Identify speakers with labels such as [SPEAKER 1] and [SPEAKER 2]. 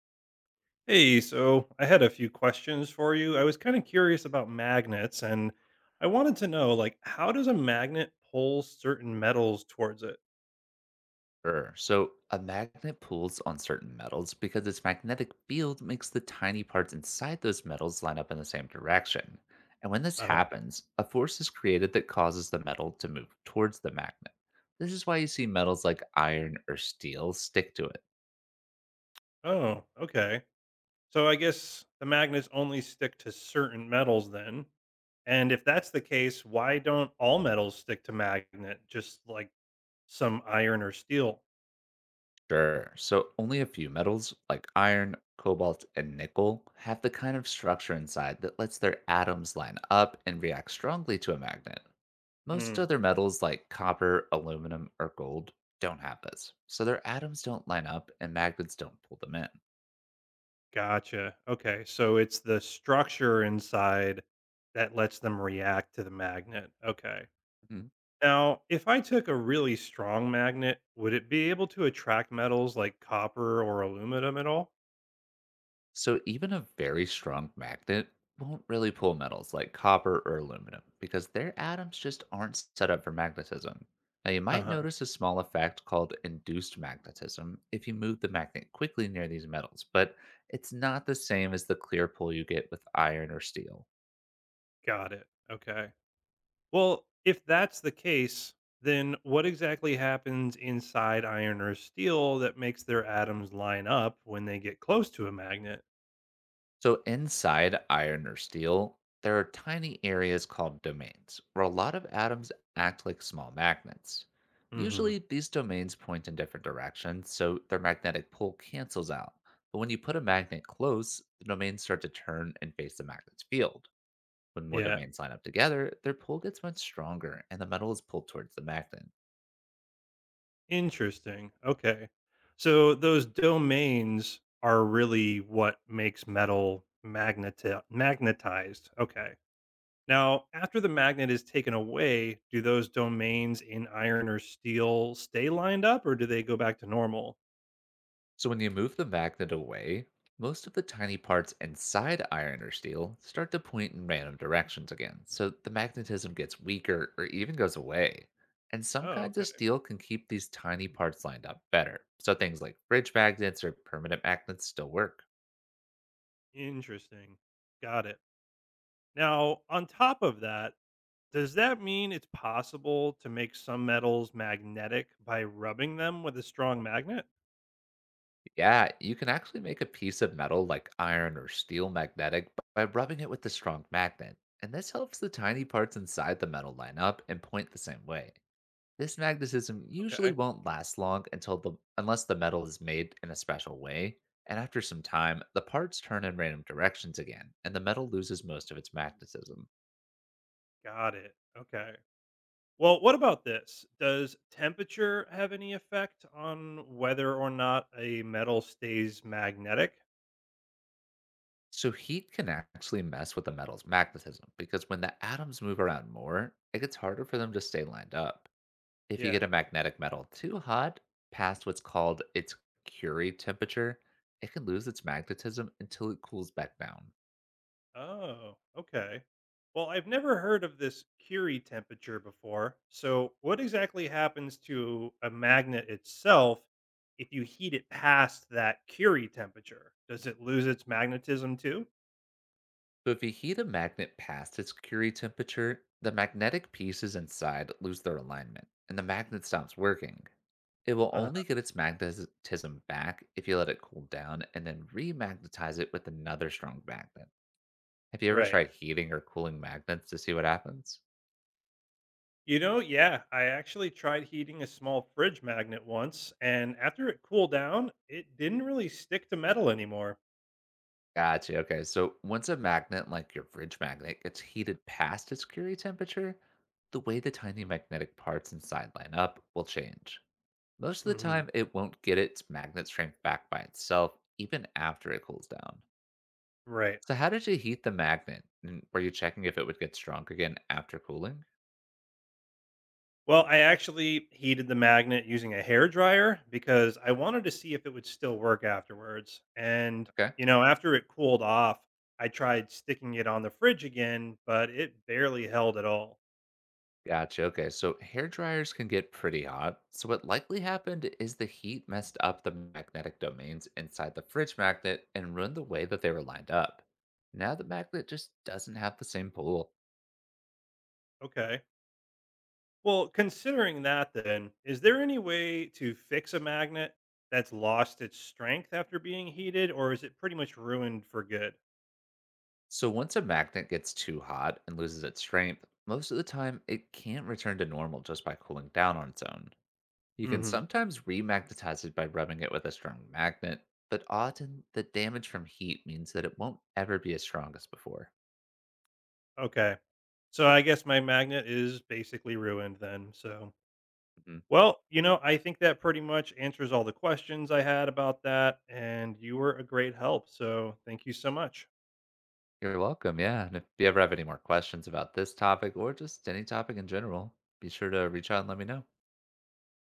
[SPEAKER 1] Hey, so I had a few questions for you. I was kind of curious about magnets, and I wanted to know, like, how does a magnet pull certain metals towards it?
[SPEAKER 2] Sure. So a magnet pulls on certain metals because its magnetic field makes the tiny parts inside those metals line up in the same direction. And when this
[SPEAKER 1] Uh,
[SPEAKER 2] happens, a force is created that causes the metal to move towards the magnet. This is why you see metals like iron or steel stick to it.
[SPEAKER 1] oh, okay. So I guess the magnets only stick to certain metals then. And if that's the case, why don't all metals stick to magnet just like some iron or steel?
[SPEAKER 2] Sure. So only a few metals like iron, cobalt, and nickel have the kind of structure inside that lets their atoms line up and react strongly to a magnet. Most
[SPEAKER 1] Hmm,
[SPEAKER 2] other metals like copper, aluminum, or gold don't have this, so their atoms don't line up and magnets don't pull them in.
[SPEAKER 1] gotcha. Okay, so it's the structure inside that lets them react to the magnet. Okay.
[SPEAKER 2] Mhm.
[SPEAKER 1] Now, if I took a really strong magnet, would it be able to attract metals like copper or aluminum at all?
[SPEAKER 2] So even a very strong magnet won't really pull metals like copper or aluminum because their atoms just aren't set up for magnetism. Now you
[SPEAKER 1] Uh
[SPEAKER 2] might
[SPEAKER 1] huh.
[SPEAKER 2] notice a small effect called induced magnetism if you move the magnet quickly near these metals, but it's not the same as the clear pull you get with iron or steel.
[SPEAKER 1] Got it. Okay. Well, if that's the case, then what exactly happens inside iron or steel that makes their atoms line up when they get close to a magnet?
[SPEAKER 2] So inside iron or steel, there are tiny areas called domains where a lot of atoms act like small magnets.
[SPEAKER 1] Hmm.
[SPEAKER 2] Usually, these domains point in different directions, so their magnetic pull cancels out. But when you put a magnet close, the domains start to turn and face the magnet's field. When more
[SPEAKER 1] Yeah.
[SPEAKER 2] domains line up together, their pull gets much stronger and the metal is pulled towards the magnet.
[SPEAKER 1] Interesting. Okay. So those domains are really what makes metal magnetized. Okay. Now, after the magnet is taken away, do those domains in iron or steel stay lined up or do they go back to normal?
[SPEAKER 2] So when you move the magnet away, most of the tiny parts inside iron or steel start to point in random directions again, so the magnetism gets weaker or even goes away. And some
[SPEAKER 1] Oh,
[SPEAKER 2] kinds of
[SPEAKER 1] okay.
[SPEAKER 2] steel can keep these tiny parts lined up better. So things like fridge magnets or permanent magnets still work.
[SPEAKER 1] Interesting. Got it. Now, on top of that, does that mean it's possible to make some metals magnetic by rubbing them with a strong magnet?
[SPEAKER 2] Yeah, you can actually make a piece of metal like iron or steel magnetic by rubbing it with a strong magnet. And this helps the tiny parts inside the metal line up and point the same way. This magnetism usually
[SPEAKER 1] Okay.
[SPEAKER 2] won't last long until the unless the metal is made in a special way, and after some time, the parts turn in random directions again, and the metal loses most of its magnetism.
[SPEAKER 1] Got it. Okay. Well, what about this? Does temperature have any effect on whether or not a metal stays magnetic?
[SPEAKER 2] So heat can actually mess with the metal's magnetism because when the atoms move around more, it gets harder for them to stay lined up. If you get
[SPEAKER 1] Yeah.
[SPEAKER 2] a magnetic metal too hot, past what's called its Curie temperature, it can lose its magnetism until it cools back down.
[SPEAKER 1] Oh, okay. Well, I've never heard of this Curie temperature before. So what exactly happens to a magnet itself if you heat it past that Curie temperature? Does it lose its magnetism too?
[SPEAKER 2] So if you heat a magnet past its Curie temperature, the magnetic pieces inside lose their alignment, and the magnet stops working. It will
[SPEAKER 1] Uh,
[SPEAKER 2] only get its magnetism back if you let it cool down and then remagnetize it with another strong magnet. Have you ever
[SPEAKER 1] right.
[SPEAKER 2] tried heating or cooling magnets to see what happens?
[SPEAKER 1] Yeah, I actually tried heating a small fridge magnet once, and after it cooled down, it didn't really stick to metal anymore.
[SPEAKER 2] Gotcha. Okay, so once a magnet like your fridge magnet gets heated past its Curie temperature, the way the tiny magnetic parts inside line up will change. Most of the
[SPEAKER 1] Hmm.
[SPEAKER 2] time, it won't get its magnet strength back by itself, even after it cools down.
[SPEAKER 1] Right.
[SPEAKER 2] So, how did you heat the magnet? And were you checking if it would get strong again after cooling?
[SPEAKER 1] Well, I actually heated the magnet using a hair dryer because I wanted to see if it would still work afterwards. And,
[SPEAKER 2] Okay.
[SPEAKER 1] after it cooled off, I tried sticking it on the fridge again, but it barely held at all.
[SPEAKER 2] Gotcha. Okay. So, hair dryers can get pretty hot. So, what likely happened is the heat messed up the magnetic domains inside the fridge magnet and ruined the way that they were lined up. Now, the magnet just doesn't have the same pull.
[SPEAKER 1] Okay. Well, considering that, then, is there any way to fix a magnet that's lost its strength after being heated, or is it pretty much ruined for good?
[SPEAKER 2] So once a magnet gets too hot and loses its strength, most of the time it can't return to normal just by cooling down on its own. You can
[SPEAKER 1] Hmm.
[SPEAKER 2] sometimes remagnetize it by rubbing it with a strong magnet, but often the damage from heat means that it won't ever be as strong as before.
[SPEAKER 1] Okay. So I guess my magnet is basically ruined then. So.
[SPEAKER 2] Mhm.
[SPEAKER 1] Well, I think that pretty much answers all the questions I had about that, and you were a great help. So thank you so much.
[SPEAKER 2] You're welcome, yeah. And if you ever have any more questions about this topic or just any topic in general, be sure to reach out and let me know.